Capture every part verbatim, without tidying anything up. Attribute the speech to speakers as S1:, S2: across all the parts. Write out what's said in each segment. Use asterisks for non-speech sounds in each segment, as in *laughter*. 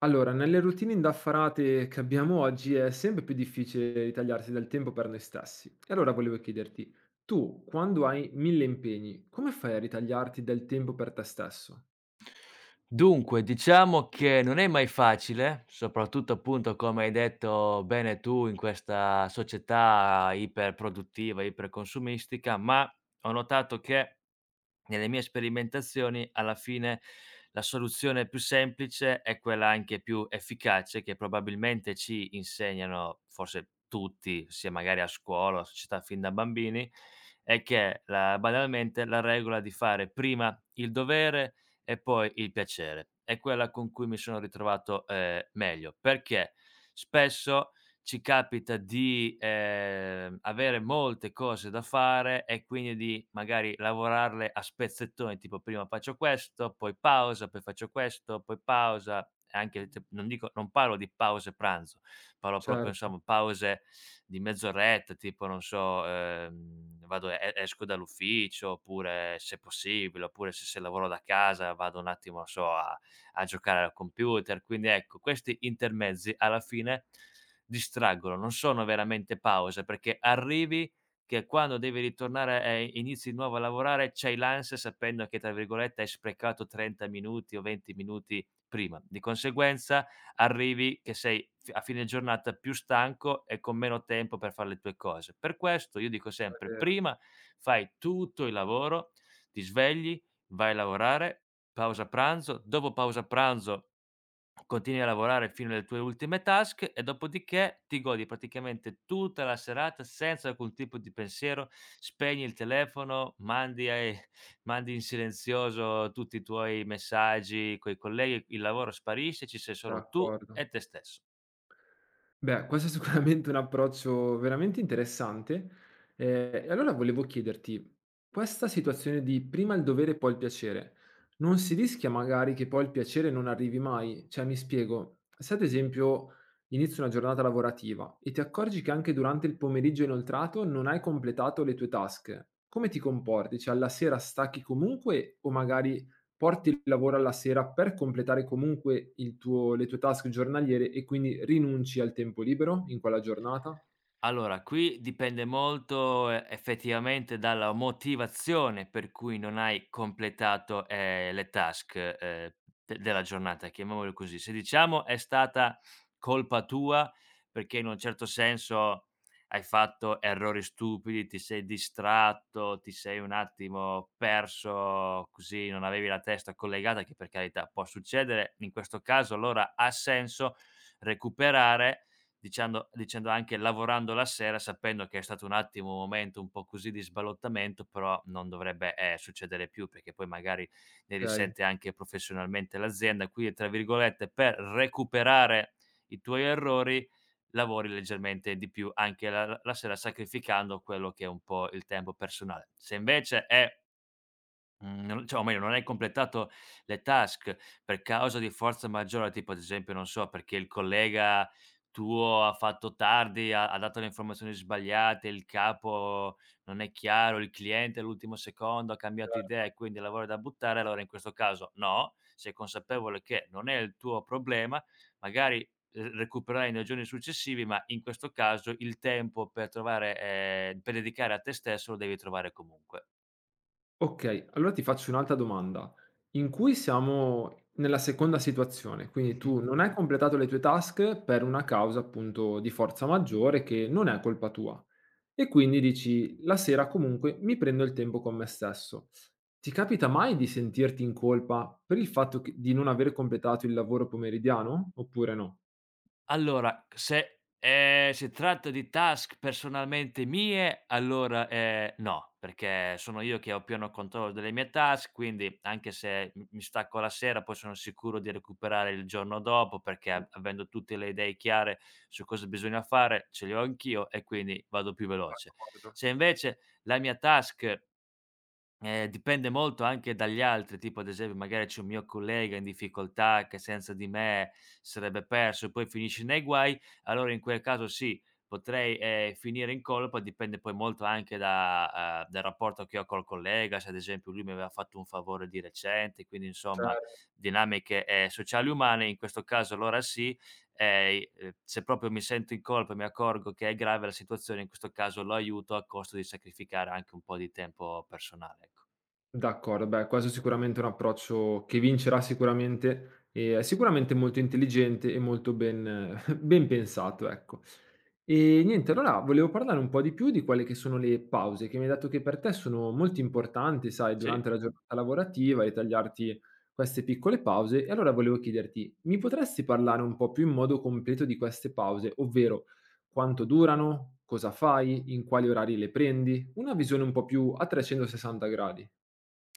S1: Allora, nelle routine indaffarate che abbiamo oggi è sempre più difficile ritagliarsi del tempo per noi stessi. E allora volevo chiederti, tu quando hai mille impegni, come fai a ritagliarti del tempo per te stesso?
S2: Dunque, diciamo che non è mai facile, soprattutto appunto come hai detto bene tu in questa società iperproduttiva, iperconsumistica, ma ho notato che nelle mie sperimentazioni, alla fine, la soluzione più semplice è quella anche più efficace che probabilmente ci insegnano, forse tutti, sia magari a scuola o a società fin da bambini, è che la banalmente la regola di fare prima il dovere e poi il piacere. È quella con cui mi sono ritrovato, ehm, meglio, perché spesso ci capita di, ehm, avere molte cose da fare e quindi di magari lavorarle a spezzettoni, tipo prima faccio questo, poi pausa, poi faccio questo, poi pausa, anche t non dico non parlo di pause pranzo, parlo proprio
S1: Certo,
S2: insomma pause di mezz'oretta, tipo non so, ehm, vado e esco dall'ufficio, oppure se possibile, oppure se se lavoro da casa vado un attimo, non so, a a giocare al computer. Quindi ecco, questi intermezzi alla fine distraggono, non sono veramente pause, perché arrivi che quando devi ritornare e inizi di nuovo a lavorare, c'hai l'ansia sapendo che, tra virgolette, "hai sprecato trenta minuti o venti minuti prima". Di conseguenza arrivi che sei f a fine giornata più stanco e con meno tempo per fare le tue cose. Per questo io dico
S1: è
S2: sempre:
S1: vero,
S2: prima fai tutto il lavoro, ti svegli, vai a lavorare, pausa pranzo, dopo pausa pranzo continui a lavorare fino alle tue ultime task e dopodiché ti godi praticamente tutta la serata senza alcun tipo di pensiero, spegni il telefono, mandi, eh, mandi in silenzioso tutti i tuoi messaggi coi colleghi, il lavoro sparisce, ci sei solo tu
S1: d'accordo.
S2: e te stesso.
S1: Beh, questo è sicuramente un approccio veramente interessante. Eh, e allora volevo chiederti, questa situazione di prima il dovere e poi il piacere, non si rischia magari che poi il piacere non arrivi mai? Cioè, mi spiego, se ad esempio inizi una giornata lavorativa e ti accorgi che anche durante il pomeriggio inoltrato non hai completato le tue task, come ti comporti? Cioè, alla sera stacchi comunque o magari porti il lavoro alla sera per completare comunque il tuo le tue task giornaliere e quindi rinunci al tempo libero in quella giornata?
S2: Allora, qui dipende molto, ehm, effettivamente dalla motivazione per cui non hai completato, ehm, le task, ehm, de della giornata, chiamiamolo così. Se diciamo è stata colpa tua perché in un certo senso hai fatto errori stupidi, ti sei distratto, ti sei un attimo perso così, non avevi la testa collegata, che per carità può succedere, in questo caso allora ha senso recuperare diciando dicendo anche lavorando la sera, sapendo che è stato un attimo un momento un po' così di sballottamento, però non dovrebbe, ehm, succedere più, perché poi magari ne
S1: Okay.
S2: risente anche professionalmente l'azienda. Quindi, tra virgolette, per recuperare i tuoi errori, lavori leggermente di più anche la la la sera, sacrificando quello che è un po' il tempo personale. Se invece è Mhmm, non cioè o meglio, non hai completato le task per causa di forza maggiore, tipo ad esempio, non so, perché il collega tuo ha fatto tardi, ha ha dato le informazioni sbagliate, il capo non è chiaro, il cliente all'ultimo secondo ha cambiato idea e quindi il lavoro è da buttare, allora in questo caso no, sei consapevole che non è il tuo problema, magari r recupererai nei giorni successivi, ma in questo caso il tempo per trovare ehm, per dedicare a te stesso lo devi trovare comunque.
S1: Okay, allora ti faccio un'altra domanda, in cui siamo nella seconda situazione, quindi
S2: Mh-mh.
S1: tu non hai Mh-mh. Completato le tue task per una causa appunto di forza maggiore che non è colpa tua e quindi dici: "La sera comunque mi prendo il tempo con me stesso." Ti capita mai di sentirti in colpa per il fatto che di non aver completato il lavoro pomeridiano oppure no?
S2: Allora, se, ehm, si tratta di task personalmente mie, allora, ehm, no, perché sono io che ho pieno controllo delle mie task, quindi anche se m mi stacco la sera, poi sono sicuro di recuperare il giorno dopo, perché a avendo tutte le idee chiare su cosa bisogna fare, ce le ho anch'io e quindi vado più veloce.
S1: D'accordo,
S2: Se invece la mia task eh, dipende molto anche dagli altri, tipo ad esempio magari c'è un mio collega in difficoltà che senza di me sarebbe perso e poi finisce nei guai, allora in quel caso sì, potrei eh, finire in colpa, dipende poi molto anche da, eh, dal rapporto che ho col collega, se ad esempio lui mi aveva fatto un favore di recente, quindi insomma
S1: cer
S2: dinamiche eh, sociali umane, in questo caso allora sì, eh, eh, se proprio mi sento in colpa e mi accorgo che è grave la situazione, in questo caso lo aiuto a costo di sacrificare anche un po' di tempo personale. Ecco.
S1: D'accordo, beh, questo è sicuramente un approccio che vincerà sicuramente, e è sicuramente molto intelligente e molto ben *laughs* ben pensato, ecco. E niente, allora volevo parlare un po' di più di quelle che sono le pause, che mi hai detto che per te sono molto importanti, sai, durante
S2: Sì,
S1: la giornata lavorativa e tagliarti queste piccole pause. E allora volevo chiederti, mi potresti parlare un po' più in modo completo di queste pause, ovvero quanto durano, cosa fai, in quali orari le prendi? Una visione un po' più a trecentosessanta gradi.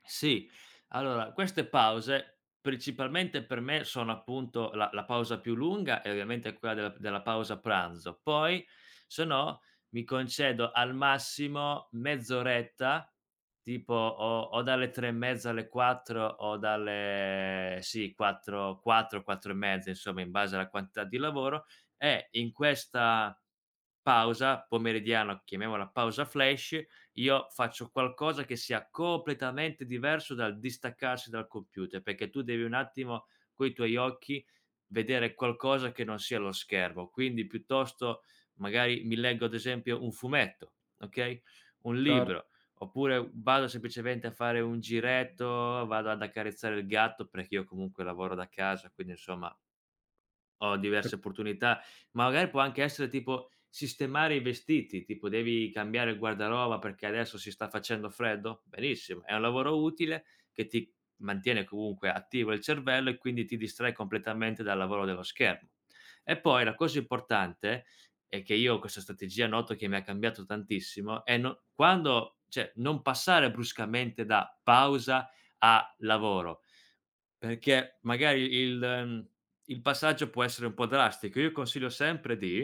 S2: sì. Allora, queste pause principalmente per me sono appunto la la pausa più lunga e ovviamente quella della della pausa pranzo. Poi se no mi concedo al massimo mezz'oretta, tipo o o dalle tre e mezza alle quattro o dalle sì quattro quattro quattro e mezza insomma in base alla quantità di lavoro e in questa pausa pomeridiana, chiamiamola pausa flash, io faccio qualcosa che sia completamente diverso dal distaccarsi dal computer, perché tu devi un attimo coi tuoi occhi vedere qualcosa che non sia lo schermo. Quindi piuttosto magari mi leggo ad esempio un fumetto, okay, un
S1: Cer
S2: libro, oppure vado semplicemente a fare un giretto, vado ad accarezzare il gatto, perché io comunque lavoro da casa, quindi insomma ho
S1: c
S2: diverse opportunità, ma magari può anche essere tipo sistemare i vestiti, tipo devi cambiare il guardaroba perché adesso si sta facendo freddo? Benissimo, è un lavoro utile che ti mantiene comunque attivo il cervello e quindi ti distrae completamente dal lavoro dello schermo. E poi la cosa importante è che io questa strategia noto che mi ha cambiato tantissimo è no quando cioè non passare bruscamente da pausa a lavoro, perché magari il mhmm, il passaggio può essere un po' drastico. Io consiglio sempre di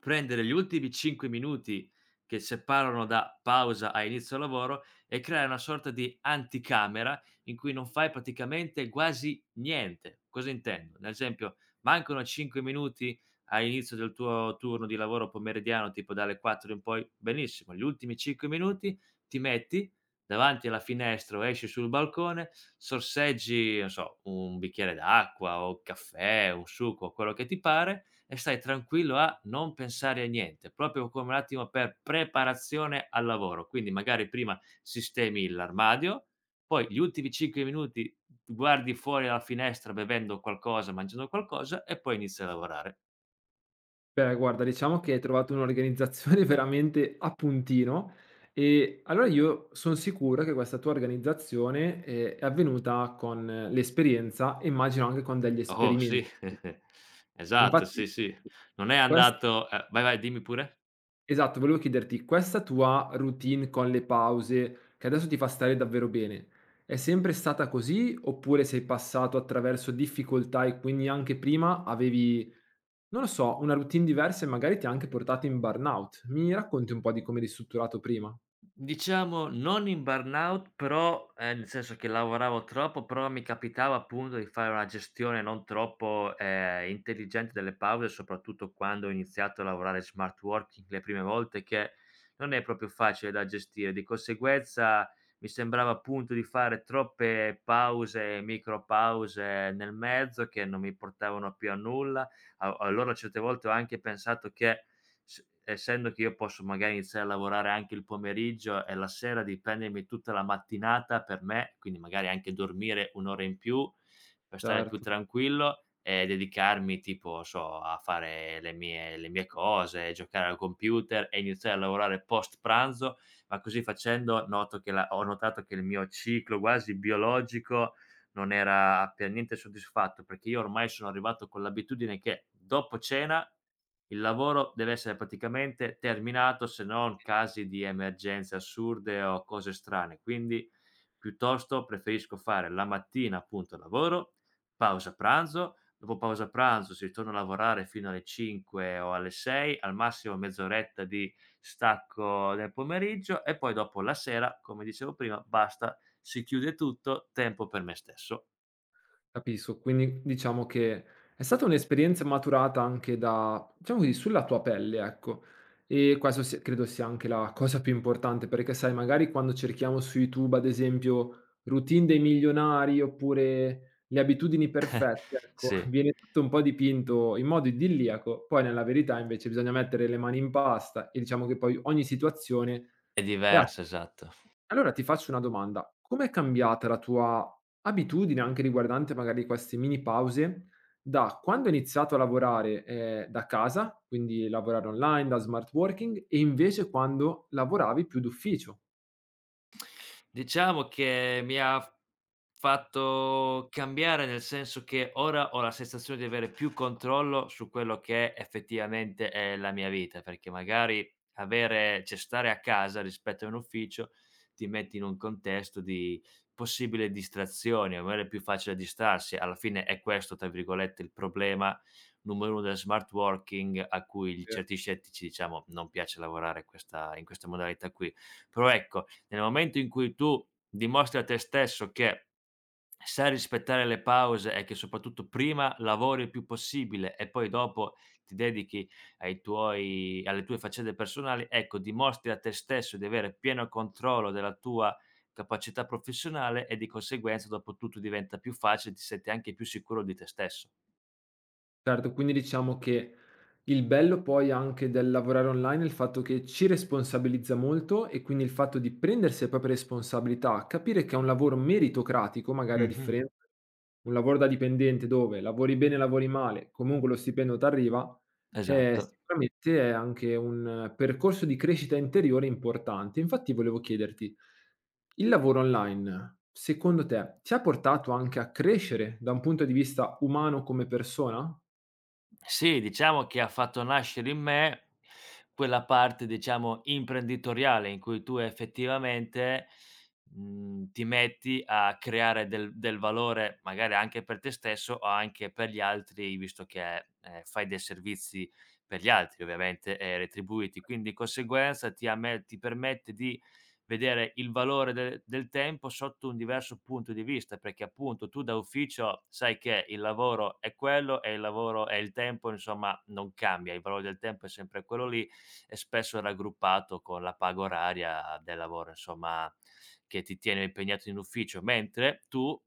S2: prendere gli ultimi cinque minuti che separano da pausa a inizio lavoro e creare una sorta di anticamera in cui non fai praticamente quasi niente. Cosa intendo? Ad esempio, mancano cinque minuti all'inizio del tuo turno di lavoro pomeridiano, tipo dalle quattro in poi, benissimo, gli ultimi cinque minuti ti metti davanti alla finestra o esci sul balcone, sorseggi, non so, un bicchiere d'acqua o caffè, un succo, quello che ti pare e stai tranquillo a non pensare a niente, proprio come un attimo per preparazione al lavoro. Quindi magari prima sistemi l'armadio, poi gli ultimi cinque minuti guardi fuori dalla finestra bevendo qualcosa, mangiando qualcosa e poi inizi a lavorare.
S1: beh, guarda, diciamo che hai trovato un'organizzazione *laughs* veramente a puntino, e allora io son sicuro che questa tua organizzazione, ehm, è avvenuta con eh, l'esperienza, e immagino anche con degli
S2: Oh
S1: esperimenti.
S2: sì, *laughs* esatto,
S1: Infatti
S2: sì, sì. Non è
S1: quest
S2: andato eh, vai, vai, dimmi pure.
S1: esatto, volevo chiederti, questa tua routine con le pause, che adesso ti fa stare davvero bene, è sempre stata così, oppure sei passato attraverso difficoltà e quindi anche prima avevi non lo so, una routine diversa e magari ti ha anche portato in burnout. Mi racconti un po' di come eri strutturato prima?
S2: Diciamo non in burnout, però, ehm, nel senso che lavoravo troppo, però mi capitava appunto di fare una gestione non troppo, ehm, intelligente delle pause, soprattutto quando ho iniziato a lavorare smart working le prime volte, che non è proprio facile da gestire. Di conseguenza mi sembrava appunto di fare troppe pause, micro pause nel mezzo che non mi portavano più a nulla. A Allora certe volte ho anche pensato che s essendo che io posso magari iniziare a lavorare anche il pomeriggio e la sera di prendermi tutta la mattinata per me, quindi magari anche dormire un' ora in più per stare più
S1: Certo,
S2: tranquillo e dedicarmi tipo, so, a fare le mie le mie cose, giocare al computer e iniziare a lavorare post pranzo, ma così facendo noto che la ho notato che il mio ciclo quasi biologico non era per niente soddisfatto, perché io ormai sono arrivato con l'abitudine che dopo cena il lavoro deve essere praticamente terminato, se non casi di emergenze assurde o cose strane. Quindi, piuttosto preferisco fare la mattina appunto il lavoro, pausa pranzo, dopo pausa pranzo si ritorna a lavorare fino alle cinque o alle sei, al massimo mezz'oretta di stacco nel pomeriggio e poi dopo la sera, come dicevo prima, basta, si chiude tutto, tempo per me stesso.
S1: capisco. Quindi diciamo che è stata un'esperienza maturata anche da, diciamo così, sulla tua pelle, ecco. E questo si- credo sia anche la cosa più importante, perché sai, magari quando cerchiamo su YouTube, ad esempio, routine dei milionari oppure le abitudini perfette, ecco, *laughs*
S2: Sì,
S1: viene tutto un po' dipinto in modo idilliaco, poi nella verità invece bisogna mettere le mani in pasta e diciamo che poi ogni situazione
S2: è
S1: E a
S2: diverso, esatto.
S1: allora ti faccio una domanda: com'è cambiata la tua abitudine, anche riguardante magari queste mini pause, da quando hai iniziato a lavorare, ehm, da casa, quindi lavorare online, da smart working, e invece quando lavoravi più d'ufficio?
S2: Diciamo che mi ha f fatto cambiare, nel senso che ora ho la sensazione di avere più controllo su quello che effettivamente è la mia vita, perché magari avere cioè stare a casa rispetto a un ufficio, ti metti in un contesto di possibile distrazione, magari è più facile distrarsi. Alla fine è questo, tra virgolette, "il problema numero uno" del smart working a cui
S1: Eh,
S2: certi scettici, diciamo, non piace lavorare questa in questa modalità qui. Però ecco, nel momento in cui tu dimostri a te stesso che sai rispettare le pause e che soprattutto prima lavori il più possibile e poi dopo ti dedichi ai tuoi alle tue faccende personali, ecco, dimostri a te stesso di avere pieno controllo della tua capacità professionale e di conseguenza dopo tutto diventa più facile, ti senti anche più sicuro di te stesso.
S1: Certo, quindi diciamo che il bello poi anche del lavorare online è il fatto che ci responsabilizza molto e quindi il fatto di prendersi le proprie responsabilità, capire che è un lavoro meritocratico, magari a
S2: Mh-mh.
S1: differenza un lavoro da dipendente dove lavori bene, lavori male, comunque lo stipendio t'arriva, eh,
S2: Esatto.
S1: sicuramente è anche un eh, percorso di crescita interiore importante. Infatti volevo chiederti, il lavoro online, secondo te, ti ha portato anche a crescere da un punto di vista umano come persona?
S2: Sì, diciamo che ha fatto nascere in me quella parte, diciamo, imprenditoriale in cui tu effettivamente, mhmm, ti metti a creare del del valore, magari anche per te stesso o anche per gli altri, visto che, ehm, fai dei servizi per gli altri ovviamente, ehm, retribuiti. Quindi, di conseguenza ti amme ti permette di vedere il valore de del tempo sotto un diverso punto di vista, perché appunto tu da ufficio sai che il lavoro è quello e il lavoro e il tempo insomma non cambia, il valore del tempo è sempre quello lì e spesso è raggruppato con la paga oraria del lavoro insomma che ti tiene impegnato in ufficio, mentre tu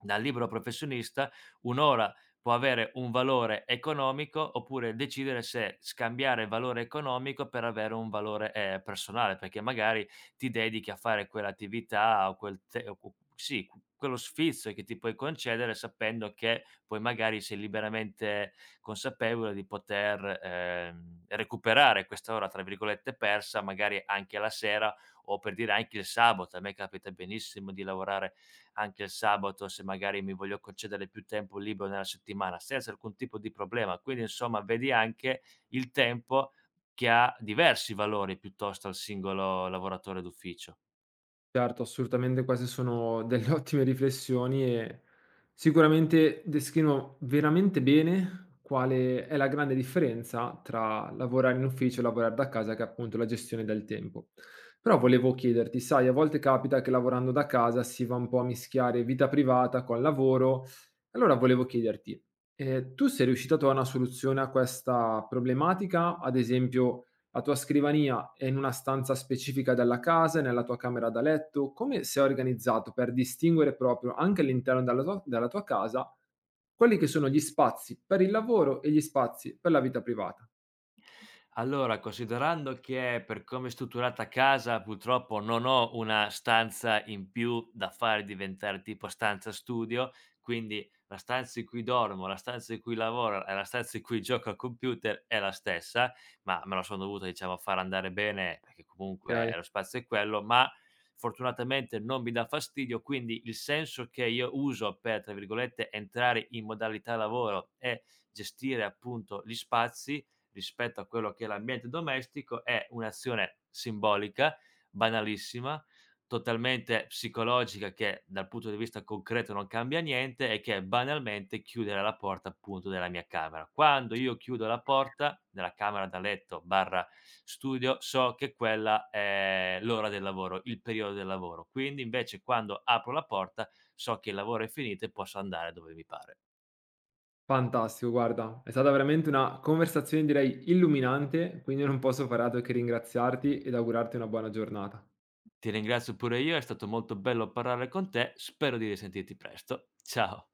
S2: dal libero professionista, un' ora può avere un valore economico oppure decidere se scambiare valore economico per avere un valore, ehm, personale, perché magari ti dedichi a fare quell'attività o quel te o cu sì, cu- quello sfizio che ti puoi concedere sapendo che poi magari sei liberamente consapevole di poter, ehm, recuperare questa ora, tra virgolette, "persa", magari anche la sera o per dire anche il sabato. A me capita benissimo di lavorare anche il sabato, se magari mi voglio concedere più tempo libero nella settimana, senza alcun tipo di problema. Quindi, insomma, vedi anche il tempo che ha diversi valori piuttosto al singolo lavoratore d'ufficio.
S1: Certo, assolutamente queste sono delle *laughs* ottime riflessioni e sicuramente descrivono veramente bene quale è la grande differenza tra lavorare in ufficio e lavorare da casa, che è appunto la gestione del tempo. Però volevo chiederti, sai, a volte capita che lavorando da casa si va un po' a mischiare vita privata con lavoro. Allora volevo chiederti, eh, tu sei riuscito a trovare una soluzione a questa problematica? Ad esempio la tua scrivania è in una stanza specifica della casa, è nella tua camera da letto? Come sei organizzato per distinguere proprio, anche all'interno della tua della tua casa, quelli che sono gli spazi per il lavoro e gli spazi per la vita privata?
S2: Allora, considerando che per come è strutturata a casa, purtroppo non ho una stanza in più da fare diventare tipo stanza studio, quindi la stanza in cui dormo, la stanza in cui lavoro e la stanza in cui gioco al computer è la stessa, ma me la sono dovuta, diciamo, far andare bene perché comunque
S1: Okay.
S2: lo spazio è quello, ma fortunatamente non mi dà fastidio, quindi il senso che io uso per, tra virgolette, entrare in modalità lavoro e gestire appunto gli spazi rispetto a quello che è l'ambiente domestico è un'azione simbolica, banalissima, totalmente psicologica che dal punto di vista concreto non cambia niente e che è banalmente chiudere la porta appunto della mia camera. Quando io chiudo la porta della camera da letto barra studio, so che quella è l'ora del lavoro, il periodo del lavoro. Quindi invece quando apro la porta so che il lavoro è finito e posso andare dove mi pare.
S1: Fantastico, guarda, è stata veramente una conversazione direi illuminante, quindi non posso fare altro che ringraziarti ed augurarti una buona giornata.
S2: Ti ringrazio pure io, è stato molto bello parlare con te, spero di risentirti presto. Ciao.